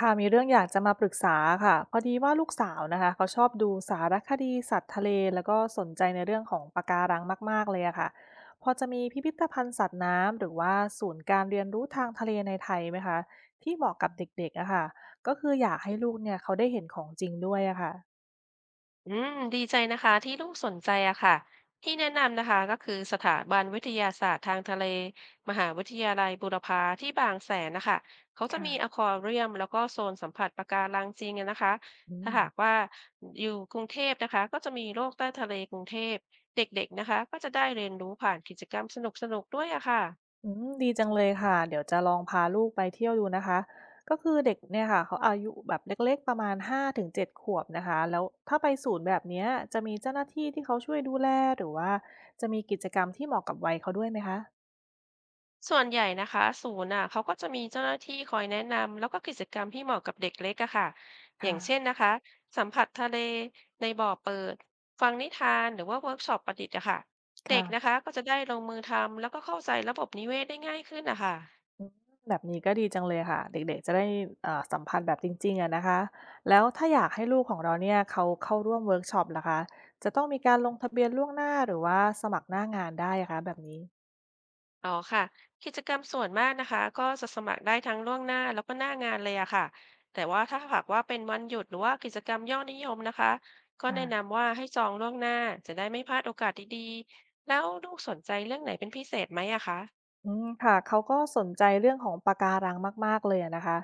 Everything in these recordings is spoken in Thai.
ค่ะมีเรื่องอยากจะมาปรึกษาค่ะพอดีว่าลูกสาวนะคะเขาชอบดูสารคดีสัตว์ทะเลแล้วก็สนใจในเรื่องของปะการังมากๆเลยอะค่ะพอจะมีพิพิธภัณฑ์สัตว์น้ำหรือว่าศูนย์การเรียนรู้ทางทะเลในไทยไหมคะที่เหมาะกับเด็กๆอะค่ะก็คืออยากให้ลูกเนี่ยเขาได้เห็นของจริงด้วยอะค่ะอืมดีใจนะคะที่ลูกสนใจอะค่ะที่แนะนำนะคะก็คือสถาบันวิทยาศาสตร์ทางทะเลมหาวิทยาลัยบูรพาที่บางแสนนะคะเขาจะมีอคค่ะวาเรียมแล้วก็โซนสัมผัสปะการังจริงอะนะคะอืถ้าม หากว่าอยู่กรุงเทพนะคะก็จะมีโลกใต้ทะเลกรุงเทพเด็กๆนะคะก็จะได้เรียนรู้ผ่านกิจกรรมสนุกๆด้วยอะค่ะ อืมดีจังเลยค่ะเดี๋ยวจะลองพาลูกไปเที่ยวดูนะคะก็คือเด็กเนี่ยค่ะเขาอายุแบบเล็กๆประมาณ5 ถึง 7ขวบนะคะแล้วถ้าไปศูนย์แบบเนี้ยจะมีเจ้าหน้าที่ที่เขาช่วยดูแลหรือว่าจะมีกิจกรรมที่เหมาะกับวัยเขาด้วยไหมคะส่วนใหญ่นะคะศูนย์อ่ะเขาก็จะมีเจ้าหน้าที่คอยแนะนำแล้วก็กิจกรรมที่เหมาะกับเด็กเล็กอะค่ะอย่าค่ะงเช่นนะคะสัมผัสทะเลในบ่อเปิดฟังนิทานหรือว่าเวิร์กช็อปประดิษฐ์อะค่ะเด็กนะค่ะคะก็จะได้ลงมือทำแล้วก็เข้าใจระบบนิเวศได้ง่ายขึ้นนะคะ อืมแบบนี้ก็ดีจังเลยค่ะเด็กๆจะได้สัมผัสแบบจริงๆอะนะคะแล้วถ้าอยากให้ลูกของเราเนี่ยเขาเข้าร่วมเวิร์กช็อปล่ะคะจะต้องมีการลงทะเบียนล่วงหน้าหรือว่าสมัครหน้างานได้อะคะแบบนี้อ๋อค่ะกิจกรรมส่วนมากนะคะก็จะสมัครได้ทั้งล่วงหน้าแล้วก็หน้างานเลยอะค่ะแต่ว่าถ้าหากว่าเป็นวันหยุดหรือว่ากิจกรรมยอดนิยมนะคะก็แนะค่ะ นำว่าให้จองล่วงหน้าจะได้ไม่พลาดโอกาสดีๆแล้วลูกสนใจเรื่องไหนเป็นพิเศษไหมอะคะ อืมค่ะเขาก็สนใจเรื่องของปะการังมากๆเลยอะนะคะ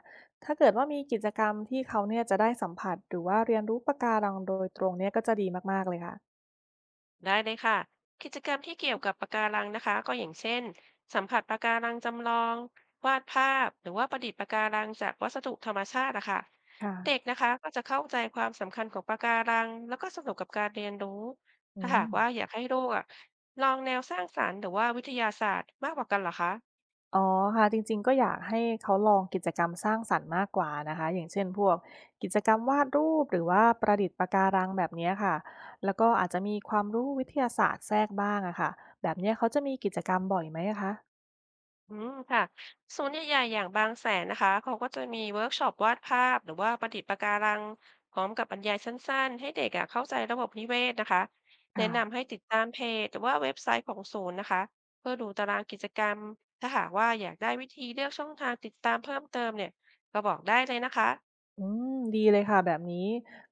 ถ้าเกิดว่ามีกิจกรรมที่เขาเนี่ยจะได้สัมผัสหรือว่าเรียนรู้ปะการังโดยตรงเนี่ยก็จะดีมากๆเลยค่ะได้เลยค่ะกิจกรรมที่เกี่ยวกับปะการังนะคะก็อย่างเช่นสัมผัสปะการังจำลองวาดภาพหรือว่าประดิษฐ์ปะการังจากวัสดุธรรมชาตินะคะค่ะเด็กนะคะก็จะเข้าใจความสำคัญของปะการังแล้วก็สนุกกับการเรียนรู้อืถ้าหามกว่าอยากให้ลูกอะลองแนวสร้างสรรค์หรือว่าวิทยาศาสตร์มากกว่ากันเหรอคะ อ๋อค่ะจริงๆก็อยากให้เขาลองกิจกรรมสร้างสรรค์มากกว่านะคะอย่างเช่นพวกกิจกรรมวาดรูปหรือว่าประดิษฐ์ปะการังแบบเนี้ยค่ะแล้วก็อาจจะมีความรู้วิทยาศาสตร์แทรกบ้างอะค่ะแบบเนี้ยเขาจะมีกิจกรรมบ่อยไหมอะคะอืมค่ะศูนย์ใหญ่ๆอย่างบางแสนนะคะเขาก็จะมีเวิร์กช็อปวาดภาพ หรือว่าประดิษฐ์ปะการังพร้อมกับบรรยายสั้นๆ ให้เด็กอะเข้าใจระบบนิเวศนะคะแนะค่ะ นำให้ติดตามเพจหรือว่าเว็บไซต์ของศูนย์นะคะเพื่อดูตารางกิจกรรม ถ้าหากว่าอยากได้วิธีเลือกช่องทางติดตามเพิ่มเติมเนี่ยก็บอกได้เลยนะคะ อืมดีเลยค่ะแบบนี้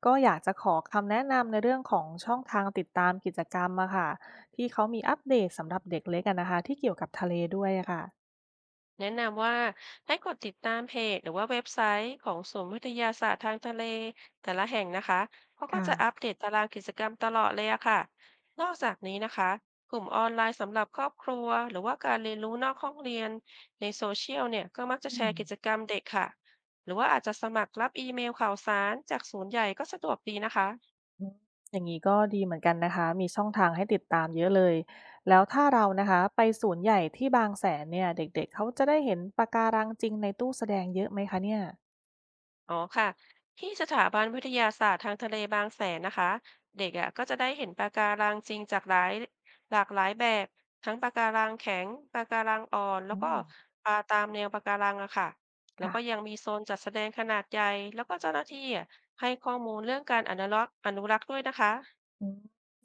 ก็อยากจะขอคำแนะนำในเรื่องของช่องทางติดตามกิจกรรมอะค่ะที่เขามีอัปเดตสำหรับเด็กเล็กอะนะคะที่เกี่ยวกับทะเลด้วยอะค่ะแนะนำว่าให้กดติดตามเพจหรือว่าเว็บไซต์ของศูนย์วิทยาศาสตร์ทางทะเลแต่ละแห่งนะคะเขาก็ค่ะจะอัปเดตตารางกิจกรรมตลอดเลยอะค่ะนอกจากนี้นะคะกลุ่มออนไลน์สำหรับครอบครัวหรือว่าการเรียนรู้นอกห้องเรียนในโซเชียลเนี่ยก็มักจะอืแชมร์กิจกรรมเด็กค่ะหรือว่าอาจจะสมัครรับอีเมลข่าวสารจากศูนย์ใหญ่ก็สะดวกดีนะคะ อืมอย่างนี้ก็ดีเหมือนกันนะคะมีช่องทางให้ติดตามเยอะเลยแล้วถ้าเรานะคะไปศูนย์ใหญ่ที่บางแสนเนี่ยเด็กๆเขาจะได้เห็นปะการังจริงในตู้แสดงเยอะไหมคะเนี่ยอ๋อค่ะที่สถาบันวิทยาศาสตร์ทางทะเลบางแสนนะคะเด็กอ่ะก็จะได้เห็นปะการังจริงจากหลากหลายแบบทั้งปะการังแข็งปะการังอ่อนแล้อืวก็มปลาตามแนวปะการังอะค่ะแล้วค่ะ ก็ยังมีโซนจัดแสดงขนาดใหญ่แล้วก็เจ้าหน้าที่อะให้ข้อมูลเรื่องการอนุรักษ์ด้วยนะคะ อืม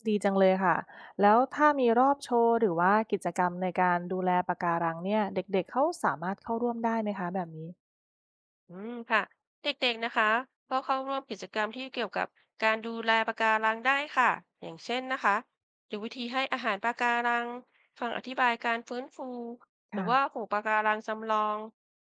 ดีจังเลยค่ะแล้วถ้ามีรอบโชว์หรือว่ากิจกรรมในการดูแลปะการังเนี่ยเด็กๆเขาสามารถเข้าร่วมได้ไหมคะแบบนี้อืมค่ะเด็กๆนะคะก็เข้าร่วมกิจกรรมที่เกี่ยวกับการดูแลปะการังได้ค่ะอย่างเช่นนะคะหรือวิธีให้อาหารปะการังฟังอธิบายการฟื้นฟูหรือค่ะว่าปลูกปะการังจำลอง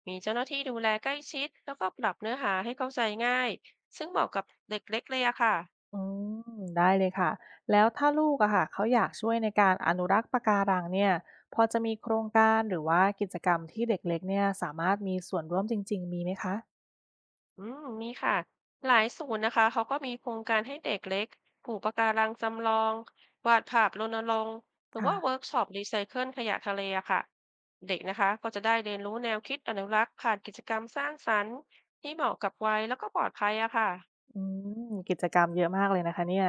มีเจ้าหน้าที่ดูแลใกล้ชิดแล้วก็ปรับเนื้อหาให้เข้าใจง่ายซึ่งเหมาะกับเด็กเล็กเลยอะค่ะ อืมได้เลยค่ะแล้วถ้าลูกอะค่ะเขาอยากช่วยในการอนุรักษ์ปะการังเนี่ยพอจะมีโครงการหรือว่ากิจกรรมที่เด็กเล็กเนี่ยสามารถมีส่วนร่วมจริงๆมีไหมคะอืมมีค่ะหลายศูนย์นะคะเขาก็มีโครงการให้เด็กเล็กปลูกปะการังจำลองวาดภาพรณรงค์หรือค่ะ ว่าเวิร์กช็อปรีไซเคิลขยะทะเลอะค่ะเด็กนะคะก็จะได้เรียนรู้แนวคิดอนุรักษ์ผ่านกิจกรรมสร้างสรรค์ที่เหมาะกับวัยแล้วก็ปลอดภัยอะค่ะ อืมกิจกรรมเยอะมากเลยนะคะเนี่ย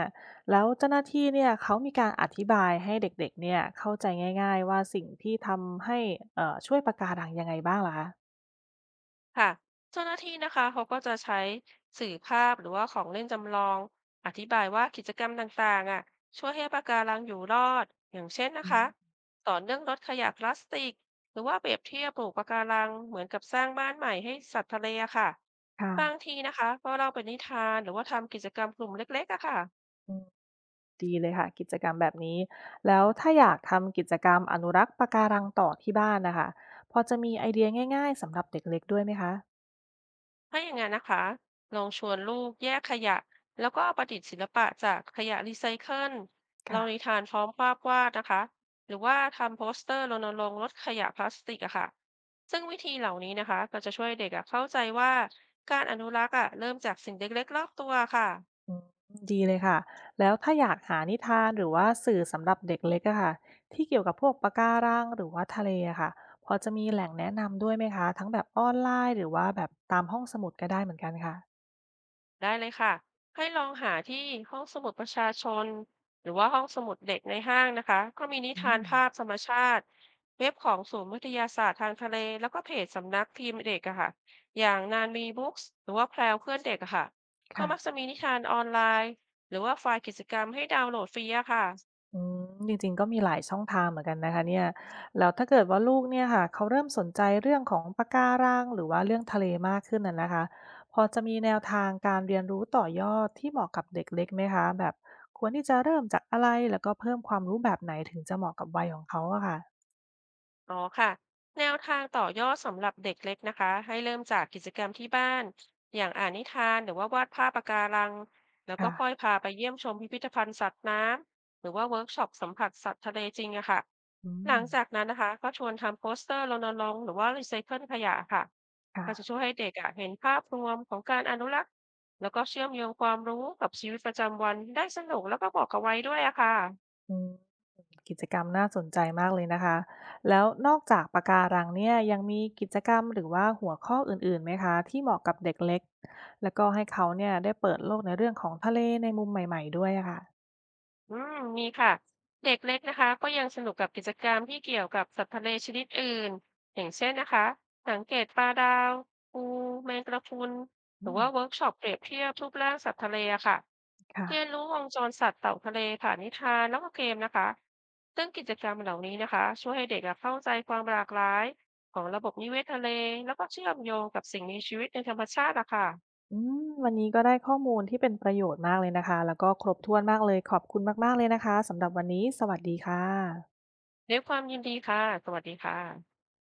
แล้วเจ้าหน้าที่เนี่ยเขามีการอธิบายให้เด็กๆเนี่ยเข้าใจง่ายๆว่าสิ่งที่ทำให้ช่วยปะการังยังไงบ้างล่ะคะค่ะเจ้าหน้าที่นะคะเขาก็จะใช้สื่อภาพหรือว่าของเล่นจำลองอธิบายว่ากิจกรรมต่างๆอ่ะช่วยให้ปะการังอยู่รอดอย่างเช่นนะอืคะมสอนเรื่องลดขยะพลาสติกหรือว่าเปรียบเทียบปลูกปะการังเหมือนกับสร้างบ้านใหม่ให้สัตว์ทะเลอะค่ะค่ะบางทีนะคะก็เล่าเป็นนิทานหรือว่าทำกิจกรรมกลุ่มเล็กๆอะค่ะ อืมดีเลยค่ะกิจกรรมแบบนี้แล้วถ้าอยากทำกิจกรรมอนุรักษ์ปะการังต่อที่บ้านนะคะพอจะมีไอเดียง่ายๆสำหรับเด็กเล็กด้วยไหมคะถ้าอย่างนั้นนะคะลองชวนลูกแยกขยะแล้วก็เอาประดิษฐ์ศิลปะจากขยะรีไซเคิลเรานิค่ะ ทานพร้อมภาพวาดนะคะหรือว่าทำโปสเตอร์รณรงค์ลดขยะพลาสติกอะค่ะซึ่งวิธีเหล่านี้นะคะก็จะช่วยเด็กอะเข้าใจว่าการอนุรักษ์อะเริ่มจากสิ่งเล็กๆรอบตัวค่ะ อืมดีเลยค่ะ แล้วถ้าอยากหานิทานหรือว่าสื่อสำหรับเด็กเล็กอะค่ะที่เกี่ยวกับพวกปะการังหรือว่าทะเลอะค่ะพอจะมีแหล่งแนะนำด้วยไหมคะทั้งแบบออนไลน์หรือว่าแบบตามห้องสมุดก็ได้เหมือนกันค่ะได้เลยค่ะให้ลองหาที่ห้องสมุดประชาชนหรือว่าห้องสมุดเด็กในห้างนะคะก็มีนิอืทานมภาพธรรมชาติเว็บของศูนย์วิทยาศาสตร์ทางทะเลแล้วก็เพจสำนักพิมพ์เด็กอะค่ะอย่างนานมีบุ๊กส์หรือว่าแพรวเพื่อนเด็กอะค่ะก็ค่ะ มักจะมีนิทานออนไลน์หรือว่าไฟล์กิจกรรมให้ดาวน์โหลดฟรีอะค่ะ อืมจริงๆก็มีหลายช่องทางเหมือนกันนะคะเนี่ยแล้วถ้าเกิดว่าลูกเนี่ยค่ะเขาเริ่มสนใจเรื่องของปะการังหรือว่าเรื่องทะเลมากขึ้นน่ะนะคะพอจะมีแนวทางการเรียนรู้ต่อยอดที่เหมาะกับเด็กเล็กไหมคะแบบควรที่จะเริ่มจากอะไรแล้วก็เพิ่มความรู้แบบไหนถึงจะเหมาะกับวัยของเขาอะค่ะอ๋อค่ะแนวทางต่อยอดสำหรับเด็กเล็กนะคะให้เริ่มจากกิจกรรมที่บ้านอย่างอ่านนิทานหรือว่าวาดภาพปะการังแล้วก็ค่ะค่อยพาไปเยี่ยมชมพิพิธภัณฑ์สัตว์น้ำหรือว่าเวิร์กช็อปสัมผัสสัตว์ทะเลจริงอะค่ะอืหลัมงจากนั้นนะคะก็ชวนทำโปสเตอร์รณรงค์หรือว่ารีไซเคิลขยะค่ะค่ะก็จะช่วยให้เด็กอะเห็นภาพรวมของการอนุรักษ์แล้วก็เชื่อมโยงความรู้กับชีวิตประจำวันได้สนุกแล้วก็บอกเอาไว้ด้วยอะค่ะ อืม กิจกรรมน่าสนใจมากเลยนะคะแล้วนอกจากปะการังเนี่ยยังมีกิจกรรมหรือว่าหัวข้ออื่นๆไหมคะที่เหมาะกับเด็กเล็กแล้วก็ให้เขาเนี่ยได้เปิดโลกในเรื่องของทะเลในมุมใหม่ๆด้วยอะค่ะอืมมีค่ะเด็กเล็กนะคะก็ยังสนุกกับกิจกรรมที่เกี่ยวกับสัตว์ทะเลชนิดอื่นอย่างเช่นนะคะสังเกตปลาดาวปูแมงกระพรุนหอืรือมว่าเวิร์กช็อปเปรียบเทียบรูปร่างสัตว์ทะเลอะค่ะเรียนค่ะรู้วงจรสัตว์เต่าทะเลผ่านนิทานแล้วก็เกมนะคะซึ่งกิจกรรมเหล่านี้นะคะช่วยให้เด็กอะเข้าใจความหลากหลายของระบบนิเวศทะเลแล้วก็เชื่อมโยงกับสิ่งมีชีวิตในธรรมชาติอะค่ะอืมวันนี้ก็ได้ข้อมูลที่เป็นประโยชน์มากเลยนะคะแล้วก็ครบถ้วนมากเลยขอบคุณมากๆเลยนะคะสำหรับวันนี้สวัสดีค่ะด้วยความยินดีค่ะสวัสดีค่ะ